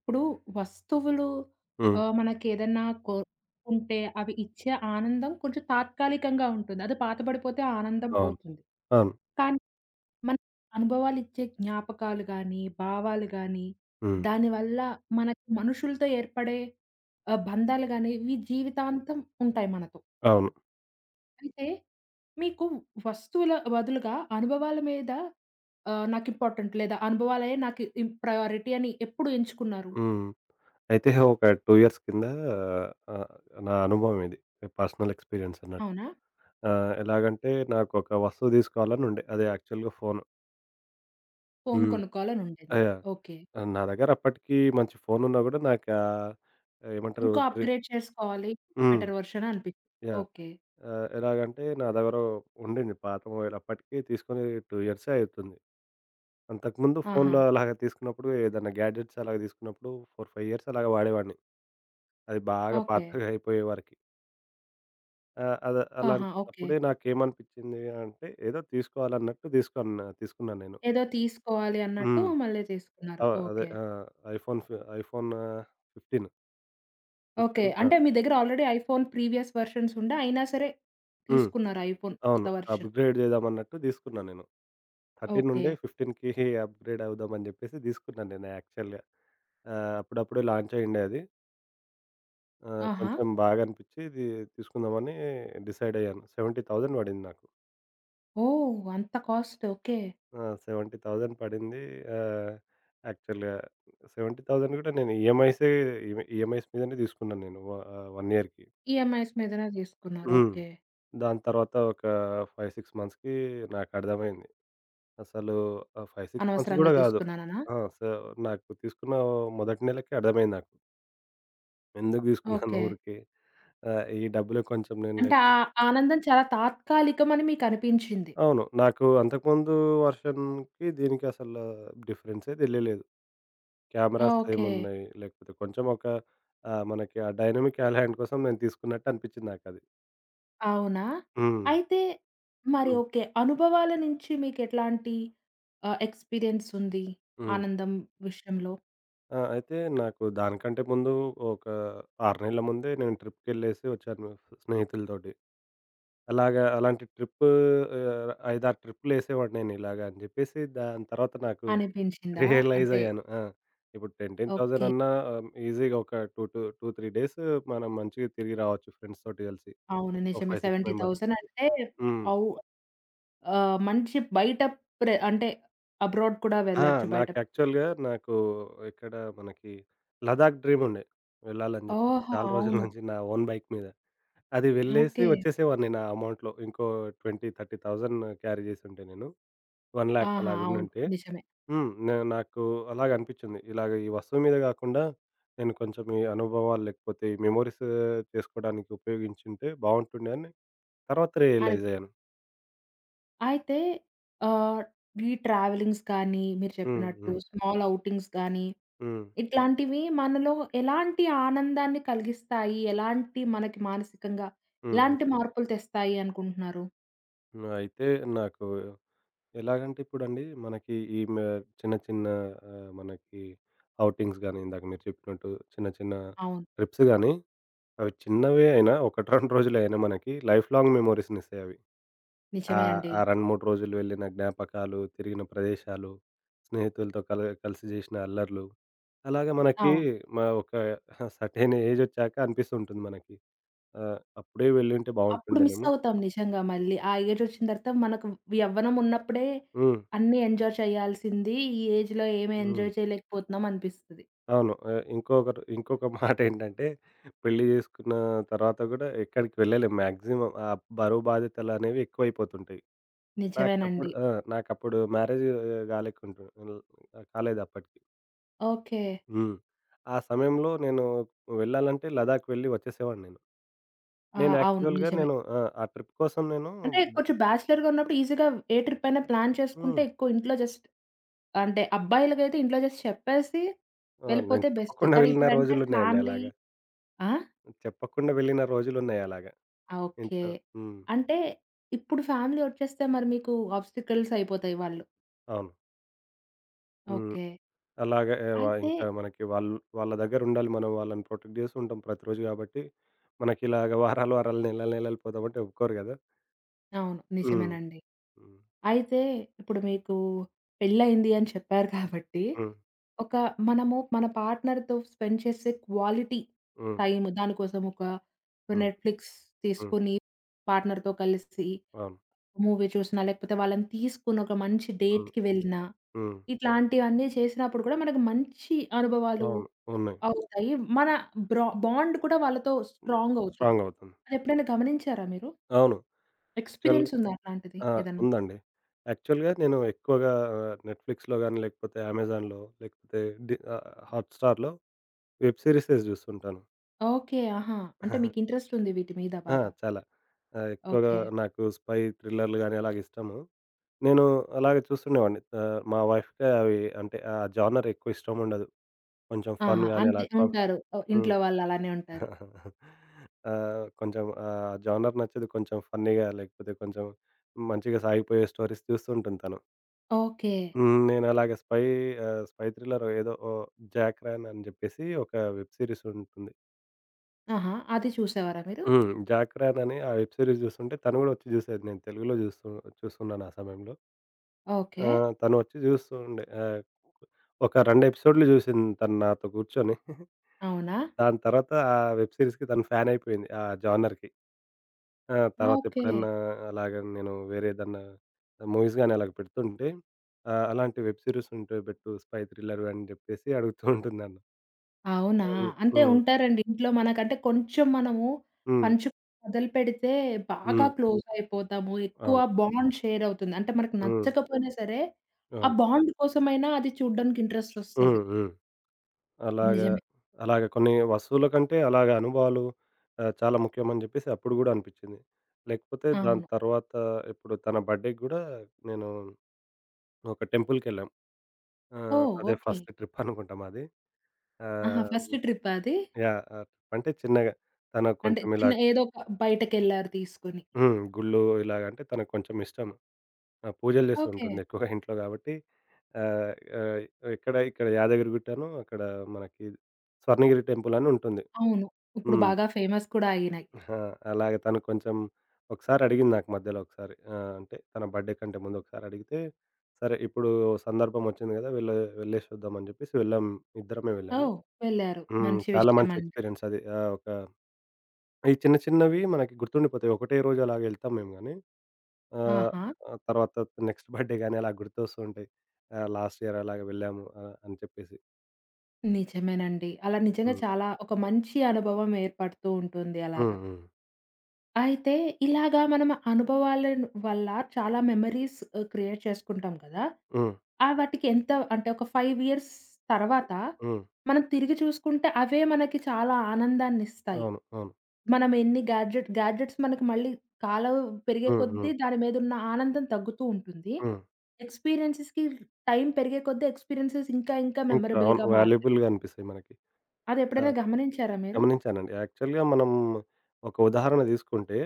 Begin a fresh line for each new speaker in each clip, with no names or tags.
ఇప్పుడు వస్తువులు
హ్మ్.
మనకేదన్నా కొ ఉంటే అవి ఇచ్చే ఆనందం కొంచెం తాత్కాలికంగా ఉంటుంది. అది పాతబడిపోతే ఆ ఆనందం
అవును.
పోతుంది.
అవును.
కానీ మన అనుభవాలిచ్చే జ్ఞాపకాలు గానీ, భావాలు గానీ,
హ్మ్.
దానివల్ల మనకి మనుషులతో ఏర్పడే బంధాలు గానీ, ఇవి జీవితాంతం ఉంటాయి మనతో.
అవును.
అయితే మీకు వస్తువుల బదులుగా అనుభవాల మీద నాకు ఇంపార్టెంట్ లేదా అనుభవాలే నాకు ప్రయారిటీ అని ఎప్పుడు ఎంచుకున్నారు?
హ్మ్. అయితే ఒక 2 ఇయర్స్ కింద ఆహ్, నా అనుభవం ఇది. పర్సనల్ ఎక్స్‌పీరియన్స్ అన్నట్టు.
అవునా?
ఎలాగంటే నాకొక వస్తువు తీసుకోవాలని ఉండే. అది యాక్చువల్‌గా ఫోను.
ఫోను
హ్మ్.
కొనుక్కోవాలనుండింది.
యాహ్!
ఓకే.
నా దగ్గర అప్పటికి మంచి ఫోనున్నా గూడా నాకా ఏమంటారు
ఇంకో అప్‌గ్రేడ్ చేసుకోవాలి.
హ్మ్.
బెటర్ వర్షన్ అనిపిచ్చింది.
యాహ్!
ఓకే.
ఎలాగంటే నా దగ్గర ఉండింది పాత మొబైల్. అప్పటికి తీసుకొని 2 ఇయర్సే అయితుంది. అంతకుముందు
ఆహా!
ఫోన్‌లో అలాగా తీసుకున్నప్పుడు ఏదైనా గ్యాడ్జెట్స్ అలాగా తీసుకున్నప్పుడు 4, 5 ఇయర్స్ అలాగా వాడేవాడిని. అది బాగా
ఓకే.
పాతగా అయిపోయే వరకి. ఆహ్, అద
ఆహా!
అలాంటి
ఓకే.
అప్పుడే నాకేమనిపించింది అంటే, ఏదో తీసుకోవాలన్నట్టు తీసుకున్నాను నేను.
ఏదో తీసుకోవాలి అన్నట్టు
హ్మ్.
మళ్ళీ తీసుకున్నారు.
ఆ! అదే
ఓకే.
ఐఫోన్ 15.
ఓకే.
15 ఆ!
అంటే మీ దగ్గర ఆల్రెడీ ఐఫోన్ ప్రీవియస్ వెర్షన్స్ ఉండే అయినా సరే
హ్మ్.
తీసుకున్నారు ఐఫోన్ కొత్త
అవును.
వెర్షన్.
అప్‌గ్రేడ్ చేద్దామన్నట్టు తీసుకున్నా నేను. 13
ఓకే.
నుండి 15కి అప్‌గ్రేడ్ అవుదామని చెప్పేసి తీసుకున్నాను నేను యాక్చువల్‌గా. అప్పుడప్పుడే లాంచ్ అయ్యుండే అది.
ఆహా!
కొంచెం బాగా అనిపించి ఇది తీసుకుందామని డిసైడ్ అయ్యాను. 70,000 పడింది నాకు.
ఓహ్! అంత కాస్ట్. ఓకే.
ఆ! 70,000 పడింది. ఆహ్, యాక్చువల్‌గా 70,000 కూడా నేను ఈఎంఐసే ఈఎంఐస్ మీదనే తీసుకున్నాను నేను. 1 ఇయర్‌కి.
ఈఎంఐస్ మీదనే తీసుకున్నారు.
హ్మ్.
ఓకే.
దాని తర్వాత ఒక 5, 6 మంత్స్‌కి నాకు అర్థమైంది. అసలు ఆ 5, 6 మంత్స్
అనవసరంగా
కూడా కాదు.
తీసుకున్నాననా?
ఆ! సో, నాకు తీసుకున్న మొదటి నెలకే అర్థమైంది నాకు. ఎందుకు తీసుకున్నాను
ఓకే.
ఊరికే ఈ డబ్బులు కొంచెం నేను
అంటే ఆ
లేకపోతే
ఆనందం చాలా తాత్కాలికమని మీకనిపించింది.
అవును. నాకు అంతకుముందు వర్షన్‌కి దీనికి అసలు డిఫరెన్సే తెలియలేదు. Cameras
okay.
ఏమున్నాయి? లేకపోతే కొంచెం ఒక మనకి ఆ డైనమిక్ హాల్ హ్యాండ్ కోసం నేను తీసుకున్నట్టు అనిపించింది నాకది.
అవునా?
హ్మ్.
అయితే మరి
హ్మ్.
ఓకే. అనుభవాల నుంచి మీకెట్లాంటి ఎక్స్‌పీరియన్స్ ఉంది?
హ్మ్.
ఆనందం విషయంలో
ఆ! అయితే నాకు దానికంటే ముందు ఒక 6 నెలల ముందే నేను ట్రిప్‌కెళ్ళేసి వచ్చాను స్నేహితులతోటి. అలాగా అలాంటి ట్రిప్పు 5, 6 ట్రిప్పులేసేవాడిని నేను ఇలాగ అని చెప్పేసి దాని తర్వాత నాకు
అనిపించిందా?
రియలైజ్
అంటే
అయ్యాను. ఆ! ఇప్పుడు 10, 10,000
ఓకే.
అన్నా ఈజీగా ఒక టూ టూ 2, 3 డేస్ మనం మంచిగా తిరిగి రావచ్చు ఫ్రెండ్స్‌తోటి కలిసి.
అవును.
ఓ
నిజమే.
5, 6 మెంబర్స్.
70,000 అంటే
హ్మ్.
ఔ మంచి బయట అంటే అబ్రాడ్ కూడా
ఆ!
వెళ్ళొచ్చు బయట
నాకు
ప్రదేశానికి
యాక్చువల్‌గా
కూడా.
నాకు ఇక్కడ మనకి లదాఖ్ డ్రీమ్ ఉండే వెళ్ళాలని జెప్పేసి.
ఓహో!
చాలా రోజుల
అవును.
నుంచి నా ఓన్ బైక్ మీద. అది వెళ్ళేసి
ఓకే.
వచ్చేసేవాడిని నా అమౌంట్‌లో. ఇంకో 20, 30,000 క్యారీ చేసుంటే నేను 1,00,000
ఆహా!
అలాగ
అవును.
ఉండుంటే
నిజమే.
హ్మ్. నాకు అలాగ అనిపిచ్చింది. ఇలాగ ఈ వస్తువు మీద గాకుండా నేను కొంచెం ఈ అనుభవాలు లేకపోతే ఈ మెమోరీస్ చేసుకోవడానికి ఉపయోగించుంటే బావుంటుండే అని తర్వాత రియలైజ్
అనిపి
అయ్యాను.
అయితే ఆహ్, ఈ ట్రావెలింగ్స్ కానీ, మీరు
హ్మ్.
చెప్పినట్టు
హ్మ్.
స్మాల్ ఔటింగ్స్ గానీ
హ్మ్.
ఇట్లాంటివి మనలో ఎలాంటి ఆనందాన్ని కలిగిస్తాయి? ఎలాంటి మనకి మానసికంగా
హ్మ్.
ఎలాంటి మార్పులు తెస్తాయి అనుకుంటున్నారు?
హ్మ్. అయితే నాకు ఎలాగంటే ఇప్పుడండి మనకి ఈ మ చిన్న చిన్న మనకి ఔటింగ్స్ గాని, ఇందాక మీరు చెప్పినట్టు చిన్న చిన్న
అవును.
ట్రిప్స్ గాని, అవి చిన్నవే అయినా 1, 2 రోజులే అయినా మనకి లైఫ్ లాంగ్ మెమోరీస్‌నిస్తాయి అవి.
నిజమే అండి.
ఆ 2, 3 రోజులు వెళ్ళిన జ్ఞాపకాలు, తిరిగిన ప్రదేశాలు, స్నేహితులతో కలిసి చేసిన అల్లర్లు, అలాగే మనకి
అవును.
ఒక సర్టెన్ ఏజొచ్చాక అనిపిస్తుంటుంది మనకి. అప్పుడే వెళ్ళుంటే
అప్పుడు మిస్
బావుంటుండేనేమో.
అవుతాం నిజంగా మళ్ళీ. ఆ ఏజ్ వచ్చిన తర్వాత మనకు యవ్వనం ఉన్నప్పుడే
హ్మ్.
అన్నీ ఎంజాయ్ చేయాల్సింది. ఈ ఏజ్‌లో ఏమి
హ్మ్.
ఎంజాయ్ చేయలేకపోతున్నాం అనిపిస్తది.
అవును. ఇంకొక మాటేంటంటే పెళ్లి జేసుకున్న తర్వాత గూడా ఎక్కడికి వెళ్ళలేం మాక్సిమం. ఆ బరువు బాధ్యతలనేవి ఎక్కువైపోతుంటాయి. నాకప్పుడు
నిజమేనండి.
ఆ! నాకప్పుడు మ్యారేజ్ గాలేకుంటు కాలేదప్పటికి.
ఓకే.
హ్మ్. ఆ సమయంలో నేను వెళ్ళాలంటే లదాఖ్ వెళ్ళి వచ్చేసేవాడిని నేను.
ఆ!
నేను
అవును.
యాక్చువల్‌గా
నిజమే.
నేను ఆ! ఆ ట్రిప్ కోసం నేను
అంటే
డ
కొంచెం బ్యాచిలర్‌గా ఉన్నప్పుడు ఈజీగా ఏ ట్రిప్ అయినా ప్లాన్ చేసుకుంటే
హ్మ్.
ఎక్కువ ఇంట్లో జస్ట్ అంటే అబ్బాయిలకైతే ఇంట్లో జస్ట్ చెప్పేసి
ఆ! నేను
వెళ్ళిపోతే బెస్ట్.
చెప్పకుండా
కానీ
వెళ్ళిన
ఇప్పుడంటే
రోజులున్నాయండి
ఫ్యామిలీ
అలాగా.
ఆ!
చెప్పకుండా వెళ్ళిన రోజులున్నాయి అలాగా
ఆ! ఓకే.
ఇంట్లో. హ్మ్.
అంటే ఇప్పుడు ఫ్యామిలీ ఒచ్చేస్తే మరి మీకు ఆబ్‌స్టికల్స్ అయిపోతాయి వాళ్ళు.
అవును. హ్మ్.
ఓకే.
అలాగే ఆహ్, వ
అయితే
ఇంకా మనకి వాళ్ళు వాళ్ళ దగ్గరుండాలి. మనం వాళ్ళని ప్రొటెక్ట్ చేస్తూ ఉంటాం ప్రతిరోజు కాబట్టి, మనకిలాగ వారాలు, వారాలు, నెలలు, నెలలు పోదామంటే ఒప్పుకోరు గదా!
అవును.
హ్మ్.
నిజమేనండి.
హ్మ్.
అయితే ఇప్పుడు మీకు పెళ్లయింది అని చెప్పారు కాబట్టి,
హ్మ్.
ఒక మనము మన పార్ట్నర్‌తో స్పెండ్ చేసే క్వాలిటీ
హ్మ్.
టైమ్ దానికోసం ఒక
హ్మ్.
నెట్‌ఫ్లిక్స్
హ్మ్.
తీసుకొని పార్ట్నర్‌తో కలిసి
అవును.
మూవీ చూసినా, లేకపోతే వాళ్ళని తీసుకొని ఒక మంచి
హ్మ్.
డేట్‌కి వెళ్ళినా,
హ్మ్.
ఇట్లాంటివన్నీ చేసినప్పుడు కూడా మనకు మంచి అనుభవాలు
అవును. ఉన్నాయి.
అవుతాయి. మన బాండ్ కూడా వాళ్ళతో
హ్మ్.
స్ట్రాంగ్ అవుతుంది.
స్ట్రాంగ్ అవుతుంది.
అదెప్పుడైనా గమనించారా మీరు?
అవును. యాక్చువల్‌గా
ఎక్స్‌పీరియన్స్ ఉందా అట్లాంటిది
ఆ!
ఏదన్నా?
ఉందండి. యాక్చువల్‌గా నేను ఎక్కువగా నెట్‌ఫ్లిక్స్‌లో గాని, లేకపోతే అమెజాన్‌లో లేకపోతే డి ఆహ్, హాట్‌స్టార్‌లో వెబ్ సీరీసెస్ జూస్తుంటాను.
ఓకే. ఆహా! అంటే మీకు ఇంట్రెస్ట్ ఉంది వీటి మీద
ఆ!
బాగా.
చాలా. ఎక్కువగా
ఓకే.
నాకు స్పై థ్రిల్లర్‌లు గాని అలాగిష్టము. నేను అలాగే చూస్తుండేవాడిని. మా వైఫ్‌కి అవి అంటే ఆ జానర్ ఎక్కువ ఇష్టం ఉండదు. కొంచెం ఫన్
ఆహా!
గాని అలా
అంతే ఉంటారు. ఓహ్!
హ్మ్.
ఇంట్లో వాళ్ళు అలానే ఉంటారు.
కొంచెం ఆ జానర్ నచ్చదు. కొంచెం ఫన్నీగా లేకపోతే కొంచెం మంచిగా సాగిపోయే స్టోరీస్ చూస్తూ ఉంటుంది తను.
ఓకే.
హ్మ్. నేను అలాగే స్పై ఆహ్, స్పై థ్రిల్లర్ ఏదో ఓ 'జాక్ రాన్' అని చెప్పేసి ఒక వెబ్ సిరీస్ ఉంటుంది.
ఆహా! అది చూసేవారా మీరు?
హ్మ్. 'జాక్ రాన్' అని ఆ వెబ్ సిరీస్ చూస్తుంటే తను కూడా వచ్చి చూసేది. నేను తెలుగులో చూస్తున్నాను ఆ సమయంలో. ఆ!
ఓకే.
తను వచ్చి చూస్తూ ఉండే. ఒక 2 ఎపిసోడ్‌లు చూసింది తను నాతో కూర్చొని.
అవునా?
దాని తర్వాత ఆ వెబ్ సీరీస్‌కి తను ఫ్యాన్ అయిపోయింది. ఆ జానర్‌కి. ఆ! తర్వాత
ఓకే.
ఎప్పుడన్నా అలాగా నేను వేరే ఏదన్నా మూవీస్ గాని అలాగ పెడుతుంటే, అలాంటి వెబ్ సీరీస్ ఉంటే పెట్టు స్పై థ్రిల్లర్ అని చెప్పేసి అడుగుతూ ఉంటుంది నన్ను.
అవునా?
అవును.
అంటే
హ్మ్.
ఉంటారండి. ఇంట్లో మనకంటే కొంచెం మనము
హ్మ్.
పంచుకోవడం మొదలుపెడితే బాగా
హ్మ్.
క్లోజ్ అయిపోతాము. ఎక్కువ
అవును.
బాండ్ షేర్ అవుతుంది. అంటే మనకు
హ్మ్.
నచ్చకపోయినా సరే, ఆ
అవును.
బాండ్ కోసమైనా అది చూడ్డానికి ఇంట్రెస్ట్ ఒస్తది.
హ్మ్. హ్మ్. అలాగా.
నిజమే.
అలాగ కొన్ని వస్తువుల కంటే అలాగ అనుభవాలు చాలా ముఖ్యమని జెప్పేసి అప్పుడు గూడా అనిపిచ్చింది. లేకపోతే దాని
అవును.
తర్వాత ఇప్పుడు తన బర్త్‌డేకి గూడా నేను ఒక టెంపుల్‌కెళ్ళాం.
ఓహ్!
అదే
ఓకే.
ఫస్ట్ ట్రిప్ అనుకుంటా మాది.
ఆహా!
ఆహ్,
ఫస్ట్ ట్రిప్పా అది?
యాహ్! అంటే చిన్నగా తనకు
అంటే
కొంచెం ఇలా
చిన్న ఏదో ఒక బయటకెళ్లారు తీసుకొని.
హ్మ్. గుళ్ళు ఇలాగ అంటే తనకు కొంచెం ఇష్టం. ఆ! పూజలు జేస్తూ
ఓకే.
ఉంటుంది ఎక్కువగా ఇంట్లో గాబట్టి ఆహ్, ఆహ్, ఇక్కడ యాదగిరిగుట్టను అక్కడ మనకి స్వర్ణగిరి టెంపుల్ అని ఉంటుంది.
అవును. ఇప్పుడు
హ్మ్.
బాగా ఫేమస్ కూడా అయినాయి.
అహా! అలాగే తను కొంచెం ఒకసారి అడిగింది నాకు మధ్యలో ఒకసారి. అంటే తన బర్త్‌డే కంటే ముందు ఒకసారి అడిగితే, సరే ఇప్పుడు సందర్భం వచ్చింది కదా! వెళ్ళేసి వద్దాం అని చెప్పేసి వెళ్ళాం. ఇద్దరమే వెళ్ళాము.
ఓహ్! వెళ్లారు.
హ్మ్.
మంచి
చాలా మంచి
విషయమండి.
ఎక్స్‌పీరియన్స్ అది. ఒక ఈ చిన్న చిన్నవి మనకి గుర్తుండిపోతాయి. ఒకటే రోజు అలాగ వెళ్తాం మేము గానీ, ఆహ్,
ఆహా!
ఆహ్, తర్వాత నెక్స్ట్ బర్త్‌డే గానీ అలా గుర్తొస్తూ ఉంటాయి. లాస్ట్ ఇయర్ అలాగ వెళ్ళాము అని చెప్పేసి.
నిజమేనండి. అలా నిజంగా
హ్మ్.
చాలా ఒక మంచి అనుభవం ఏర్పడుతూ ఉంటుంది అలాగా.
హ్మ్. హ్మ్.
అయితే ఇలాగా మనం అనుభవాలను వల్ల చాలా మెమరీస్ క్రియేట్ చేసుకుంటాం కదా!
హ్మ్.
ఆ వాటికి ఎంత అంటే ఒక 5 ఇయర్స్ తర్వాత
హ్మ్.
మనం తిరిగి చూసుకుంటే అవే మనకి చాలా ఆనందాన్నిస్తాయి.
అవును. అవును.
మనం ఎన్ని గాడ్జెట్స్ మనకు మళ్ళీ కాలం పెరిగే
హ్మ్.
కొద్దీ
హ్మ్.
దాని మీదున్న ఆనందం తగ్గుతూ ఉంటుంది.
హ్మ్.
ఎక్స్‌పీరియన్సెస్‌కి టైం పెరిగే కొద్దీ ఎక్స్‌పీరియన్సెస్ ఇంకా ఇంకా
ఇంకా అవును.
మెమరబుల్‌గా మారుతాయి.
వాల్యుబుల్‌గా అనిపిస్తాయి మనకి. ఆ!
అదెప్పుడైనా గమనించారా మీరు?
గమనించానండి. యాక్చువల్‌గా మనం ఒక ఉదాహరణ తీసుకుంటే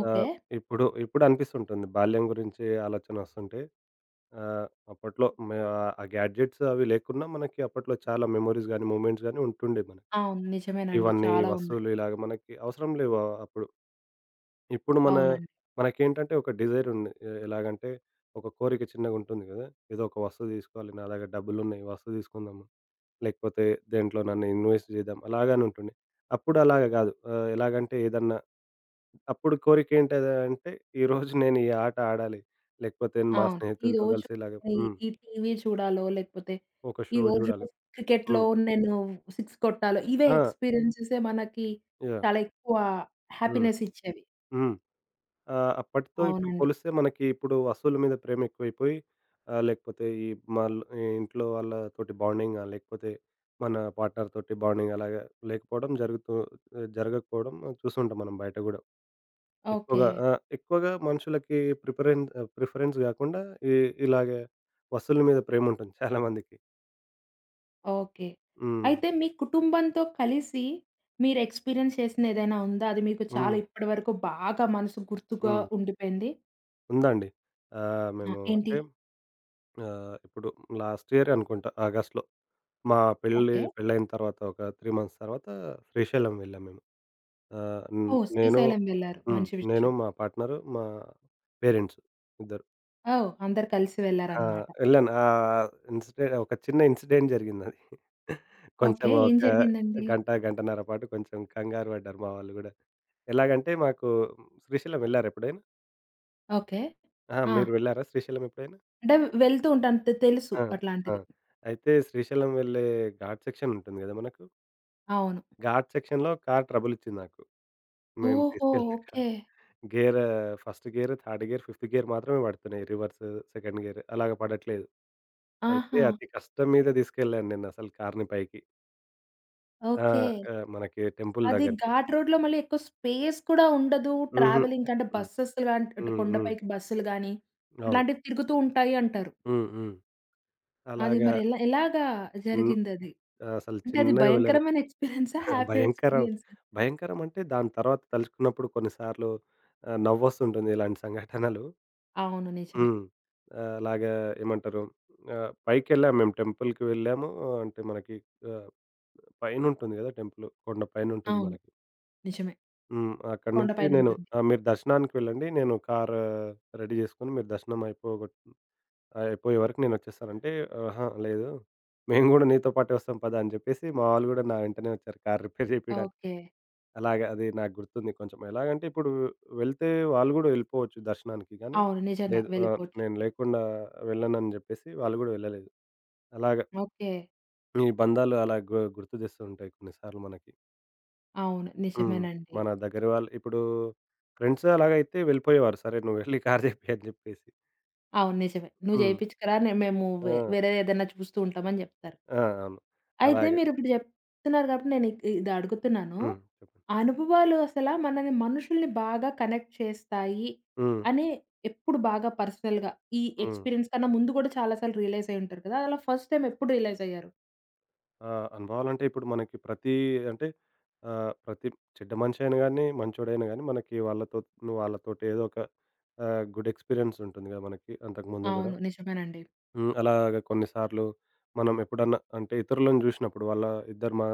ఓకే.
ఆహ్, ఇప్పుడు ఇప్పుడు అనిపిస్తుంటుంది బాల్యం గురించి ఆలోచనొస్తుంటే ఆహ్, అప్పట్లో ఆ గ్యాడ్జెట్స్ అవి లేకున్నా మనకి అప్పట్లో చాలా మెమోరీస్ గాని, మూమెంట్స్ గాని ఉంటుండే మనకి.
అవును. నిజమేనండి.
ఇవన్నీ
చాలా ఉన్నాయి.
వస్తువులు ఇలాగ మనకి అవసరం లేవు అప్పుడు. ఇప్పుడు
అవునండి.
మనకేంటంటే ఒక డిజైర్ ఉంది. ఎలాగంటే ఒక కోరిక చిన్నగుంటుంది కదా! ఏదో ఒక వస్తువు తీసుకోవాలి నా దగ్గర డబ్బులున్నాయి. ఈ వస్తువు తీసుకుందాం. లేకపోతే దేంట్లో నన్ను ఇన్వెస్ట్ చేద్దాం అలాగని ఉంటుండే. అప్పుడు అలాగ కాదు. ఎలాగంటే ఏదన్నా అప్పుడు కోరిక ఏంటంటే ఈరోజు నేను ఈ ఆట ఆడాలి. లేకపోతే మా
అవును.
స్నేహితులతో
ఈరోజు
కలిసి ఇలాగ
ఈ
హ్మ్.
ఈ టీవీ చూడాలో, లేకపోతే
ఒక షో
ఈరోజు
చూడాలి.
క్రికెట్‌లో
హ్మ్.
నేను 6 కొట్టాలో, ఇవే
ఆ!
ఎక్స్‌పీరియన్సెసే మనకి
యాహ్!
చాలా ఎక్కువ
హ్మ్.
హ్యాపీనెస్ ఇచ్చేవి.
హ్మ్. అప్పటితో ఇప్పుడు
అవునండి.
పోలిస్తే మనకి ఇప్పుడు వస్తువుల మీద ప్రేమ ఎక్కువైపోయి లేకపోతే ఈ మల్ ఇంట్లో వాళ్ళతోటి బాండింగ్ గాని, లేకపోతే మన పార్ట్నర్ తోటి బాండింగ్ అలాగా లేకపోవడం జరగకపోవడం చూస్తుంటాం మనం బయట గూడా.
ఓకే.
ఎక్కువగా ఆ! ఎక్కువగా మనుషులకి ప్రిఫరెన్స్ గాకుండా ఇ ఇలాగ వస్తువుల మీద ప్రేముంటుంది చాలా మందికి.
ఓకే.
హ్మ్.
అయితే మీ కుటుంబంతో కలిసి మీరు ఎక్స్‌పీరియన్స్ చేసింది ఏదైనా ఉందా? అది మీకు చాలా
హ్మ్.
ఇప్పటి వరకు బాగా మనసు గుర్తుగా
హ్మ్.
ఉండిపోయింది?
ఉందండి.
ఆ!
మేము
ఏంటి?
అంటే ఇప్పుడు లాస్ట్ ఇయరే అనుకుంటా ఆగస్ట్‌లో మా
ఓకే.
పెళ్లయిన తర్వాత ఒక 3 మంత్స్ తర్వాత శ్రీశైలం వెళ్ళాం మేము. హ్మ్.
ఓహ్!
నేను
శ్రీశైలం వెళ్లారు.
హ్మ్.
మంచి
నేను,
విషయం.
మా పార్ట్నరు, మా పేరెంట్స్ ఇద్దరు.
ఓహ్! అందరూ కలిసి
ఆ!
వెళ్లారనమాట.
వెళ్ళాను. ఆహ్, ఇన్సిడె ఒక చిన్న ఇన్సిడెంట్ జరిగిందది.
ఓకే.
కొంచెం
ఏం
ఒక
జరిగిందండి?
గంట, గంటన్నర పాటు కొంచెం కంగారు పడ్డారు మా వాళ్ళు గూడా. ఎలాగంటే మాకు శ్రీశైలం వెళ్లారా ఎప్పుడైనా?
ఓకే.
అహా!
ఆ!
మీరు వెళ్లారా శ్రీశైలం ఎప్పుడైనా?
అంటే వెళ్తూ ఉంటాను. తెలుసు
ఆ! ఆ!
అట్లాంటిది.
అయితే శ్రీశైలం వెళ్ళే ఘాట్ సెక్షన్ ఉంటుంది గదా! మనకు.
అవును.
ఘాట్ సెక్షన్‌లో కార్ ట్రబుల్ ఇచ్చింది నాకు. మేము
ఓహో!
తీసుకెళ్ళిన
okay.
Car. Gear first gear, third gear, fifth gear మాత్రమే పడుతున్నాయి. రివర్స్, సెకండ్ గేర్ అలాగ పడట్లేదు. అయితే
ఆహా!
అతి కష్టం మీద తీసుకెళ్ళాను నేనసలు కార్‌ని పైకి. ఆ!
ఓకే.
ఆ! మనకి టెంపుల్
అది
దగ్గరికి.
ఘాట్ రోడ్‌లో మళ్ళీ ఎక్కువ స్పేస్ కూడా ఉండదు.
హుహు.
ట్రావెలింగ్‌కి అంటే
హ్మ్.
బసెస్ లాంటి అటు
హ్మ్. హ్మ్.
కొండపైకి బస్సులు గాని,
అవును.
అట్లాంటివి తిరుగుతూ ఉంటాయి అంటారు.
హ్మ్. హ్మ్.
అది
అలాగా
మరి ఎలా ఎలాగా
చిన్
జరిగిందది?
అసలు
అంటే అది
చిన్నగా వెళ్ళాను.
భయంకరమైన ఎక్స్‌పీరియన్సా? హ్యాపీ
భయంకరం.
ఎక్స్‌పీరియన్సా?
భయంకరం అంటే దాని తర్వాత తలుచుకున్నప్పుడు కొన్ని సార్లు నవ్వొస్తుంటుంది ఇలాంటి సంఘటనలు.
అవును. నిజమే.
హ్మ్. అలాగా ఏమంటారు పైకెళ్ళాము మేము టెంపుల్‌కి వెళ్ళాము. అంటే మనకి ఆహ్, పైనుంటుంది గదా! టెంపుల్. కొండ పైనుంటుంది
అవును.
మనకి.
నిజమే.
హ్మ్. అక్కడి
కొండ
నుంచి నేను
పైనుంటుంది.
ఆ! మీరు దర్శనానికి వెళ్ళండి. నేను కారు రెడీ జేసుకొని మీరు దర్శనం అయిపోయే వరకు నేనొచ్చేస్తానంటే, "ఆహా! లేదు. మేము గూడా నీతో పాటే వస్తాం పద" అని జెప్పేసి మా వాళ్ళు గూడా నా వెంటనే వచ్చారు కారు రిపేర్ జేపియడానికి.
ఓకే.
అలాగా అది నాకు గుర్తుంది కొంచెం. ఎలాగంటే ఇప్పుడు వెళ్తే వాళ్ళు గూడా వెళ్ళిపోవచ్చు దర్శనానికి గానీ,
అవును. నిజంగా
లేదు
వెళ్ళిపోవచ్చు.
నేను లేకుండా వెళ్ళనని జెప్పేసి వాళ్ళు గూడా వెళ్ళలేదు. అలాగా
ఓకే.
ఈ బంధాలు అలా గుర్తు జేస్తూ ఉంటాయి కొన్నిసార్లు మనకి.
అవును.
హ్మ్.
నిజమేనండి.
మన దగ్గర వాళ్ళు ఇప్పుడు ఫ్రెండ్స్ అలాగైతే వెళ్ళిపోయేవారు. "సరే నువ్వు వెళ్లి కారు జెప్పి" అని జెప్పేసి.
అవును. నిజమే. "నువ్వు
హ్మ్.
చేపించుకురా నే మేము
ఆ!
వేరే ఏదైనా చూస్తూ ఉంటామని" చెప్తారు.
ఆ! అవును.
అయితే
అలాగే.
మీరిప్పుడు చెప్తున్నారు కాబట్టి నేను ఇది అడుగుతున్నాను.
హ్మ్. చెప్పండి.
అనుభవాలు అసల మనల్ని మనుషుల్ని బాగా కనెక్ట్ చేస్తాయి
హ్మ్.
అని ఎప్పుడు బాగా పర్సనల్‌గా ఈ
హ్మ్.
ఎక్స్‌పీరియన్స్ కన్నా ముందు కూడా చాలా సార్లు రియలైజ్ అయ్యి ఉంటారు కదా! అలా ఫస్ట్ టైమ్ ఎప్పుడు రియలైజ్ అయ్యారు?
ఆ! అనుభవాలంటే ఇప్పుడు మనకి ప్రతి అంటే ప్రతి చెడ్డ మనిషి అయినా గాని, మంచోడైనా గాని మనకి వాళ్ళతోటి ఏదో ఒక గుడ్ ఎక్స్‌పీరియన్స్ ఉంటుంది గదా! మనకి అంతకుముందు గూడా.
అవును. నిజమేనండి.
హ్మ్. అలాగ కొన్ని సార్లు మనం ఎప్పుడన్నా అంటే ఇతరులను జూసినప్పుడు వాళ్ళ ఇద్దరి మ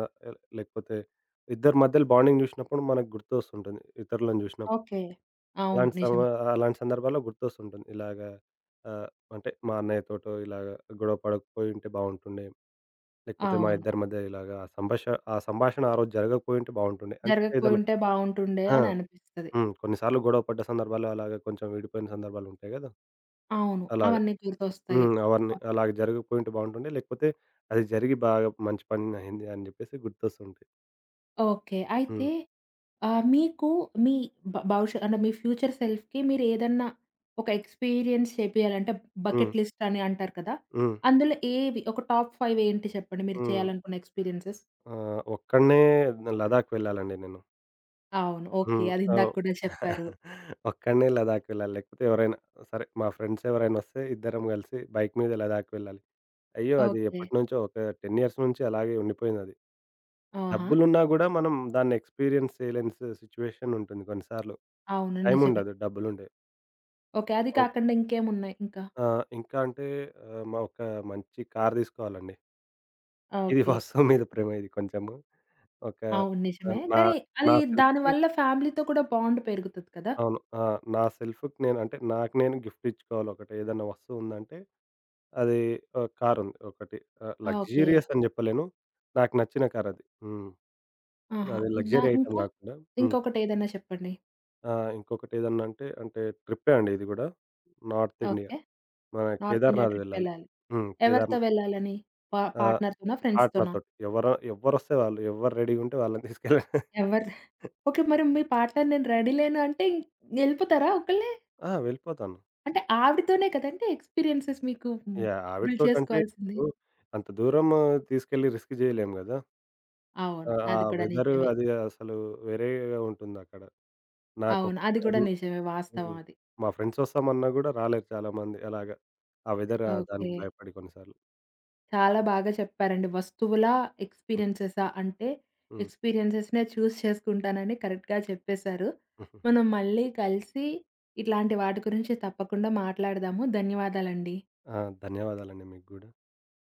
లేకపోతే ఇద్దరి మధ్యలో బాండింగ్ జూసినప్పుడు మనకు గుర్తొస్తుంటుంది. ఇతరులను జూసినప్పుడు.
ఓకే. అవును.
అలాంటి సమ
నిజమే.
అలాంటి సందర్భాల్లో గుర్తొస్తుంటుంది. ఇలాగ ఆహ్, అంటే మా అన్నయ్యతోటో ఇలాగ గొడవ పడకపోయుంటే బావుంటుండే. లేకపోతే మా
అవును.
ఇద్దరి మధ్య ఇలాగా ఆ సంభాషణ ఆ రోజు జరగకపోయుంటే బావుంటుండే. అంటే ఏదన్నా
జరగకపోయుంటే బావుంటుండే
ఆ!
అని అనిపిస్తది.
హ్మ్. కొన్నిసార్లు గొడవ పడ్డ సందర్భాలు అలాగే కొంచెం విడిపోయిన సందర్భాలు ఉంటాయి గదా!
అవును.
అలాగా.
అవన్నీ గుర్తొస్తాయి.
హ్మ్. అవన్నీ
అవును.
అలాగ జరగకపోయుంటే బావుంటుండే. లేకపోతే అది జరిగి బాగా మంచి పని అయింది అని జెప్పేసి గుర్తొస్తుంటాయి.
ఓకే. అయితే
హ్మ్.
మీకు మీ భవిష్య అంటే మీ ఫ్యూచర్ సెల్ఫ్‌కి మీరేదన్నా ఒక ఎక్స్‌పీరియన్స్ చేపియాలంటే
హ్మ్.
బకెట్ లిస్ట్ అని అంటారు కదా!
హ్మ్.
అందులో ఏవి ఒక టాప్ 5 ఏంటి చెప్పండి మీరు
హ్మ్.
చేయాలనుకున్న ఎక్స్‌పీరియన్సెస్?
ఒక్కడినే లదాఖ్ వెళ్ళాలండి నేను.
అవును. ఓకే.
హ్మ్.
అది ఇందాక
అవ్
కూడా చెప్పారు.
ఒక్కడినే లదాఖ్ వెళ్ళాలి. లేకపోతే ఎవరైనా సరే మా ఫ్రెండ్స్ ఎవరైనా వస్తే ఇద్దరం గలిసి బైక్ మీద లదాఖ్ వెళ్ళాలి. అయ్యో! అది
ఓకే.
ఎప్పటినుంచో ఒక 10 ఇయర్స్ నుంచి అలాగే ఉండిపోయిందది.
ఆహా!
డబ్బులున్నా గూడా మనం దాన్ని ఎక్స్‌పీరియన్స్ చేయలేని సిట్యుయేషన్ ఉంటుంది కొన్నిసార్లు.
అవును.
టైం
నిజమే.
ఉండదు డబ్బులుండే.
ఓకే. అది
ఓహ్!
కాకుండా ఇంకేమున్నాయి ఇంకా?
ఆ! ఇంకా అంటే ఆహ్, మ ఒక మంచి కార్ తీసుకోవాలండి. ఇది
ఓకే.
వాస్తవం మీద ప్రేమ ఇది కొంచెము. ఒక
అవును. నిజమే.
నా
కానీ అది
నా సెల్ఫ్‌కి
దానివల్ల ఫ్యామిలీతో కూడా బాండ్ పెరుగుతది కదా!
అవును. ఆ! నా సెల్ఫ్‌కి నేను అంటే నాకు నేను గిఫ్ట్ ఇచ్చుకోవాలి ఒకటి ఏదైనా వస్తువు ఉందంటే అది కార్ ఉంది ఒకటి.
ఓకే.
లగ్జూరియస్ అని చెప్పలేను. నాకు నచ్చిన కార్ అది. హ్మ్.
ఆహా!
అది లగ్జరీ ఐటెమ్
ఇంకా?
గాకుండా హ్మ్.
ఇంకొకటేదైనా చెప్పండి.
ఆ! ఇంకొకటేదన్నంటే అంటే అంటే ట్రిప్పే అండి ఇది గూడా. North India.
ఓకే.
మన
నార్త్ ఇండియా
కేదార్‌నాథ్ వెళ్ళాలి.
ట్రిప్పెళ్ళాలి.
హ్మ్.
ఎవరితో
కేదార్‌నాథ్
వెళ్ళాలని?
ఆహ్,
పార్ట్‌నర్‌తోనా? ఫ్రెండ్స్‌తోనా?
పార్ట్‌నర్‌తోటి. ఎవ్వరొస్తే వాళ్ళు, ఎవరు రెడీగుంటే వాళ్ళని తీసుకెళ్ళండి.
ఎవరు ఓకే. మరి మీ పార్ట్‌నర్ నేను రెడీ లేను అంటే యెళ్ళిపోతారా ఒక్కళ్ళే?
ఆ! వెళ్ళిపోతాను.
అంటే ఆవిడతోనే కదండీ ఎక్స్‌పీరియన్సెస్ మీకు
యాహ్!
బిల్డ్
ఆవిడతోటంటే
చేసుకోవాల్సింది.
ఇప్పుడు అంత దూరం ఆ, తీసుకెళ్ళి రిస్క్ జేయలేం గదా!
అవును.
ఆ! ఆ
అది కూడా
వెదరు
నిజమే.
అది అసలు వేరేగా ఉంటుందక్కడ.
అవును.
నాకొక్
అది కూడా
హ్మ్.
నిజమే. వాస్తవం
హ్మ్.
అది.
మా ఫ్రెండ్స్ ఒస్తామన్నా గూడా రాలేరు చాలామంది అలాగా. ఆ వెదర్
ఓకే.
దానికి భయపడి కొన్ని సార్లు.
చాలా బాగా చెప్పారండి. వస్తువులా?
హ్మ్.
ఎక్స్‌పీరియన్సెసా? అంటే
హ్మ్.
ఎక్స్‌పీరియన్సెస్‌నే చూజ్ చేసుకుంటానని కరెక్ట్‌గా చెప్పేశారు. మనం మళ్ళీ కలిసి ఇట్లాంటి వాటి గురించి తప్పకుండా మాట్లాడదాము. ధన్యవాదాలండి.
ఆ! ధన్యవాదాలండి మీకు గూడా.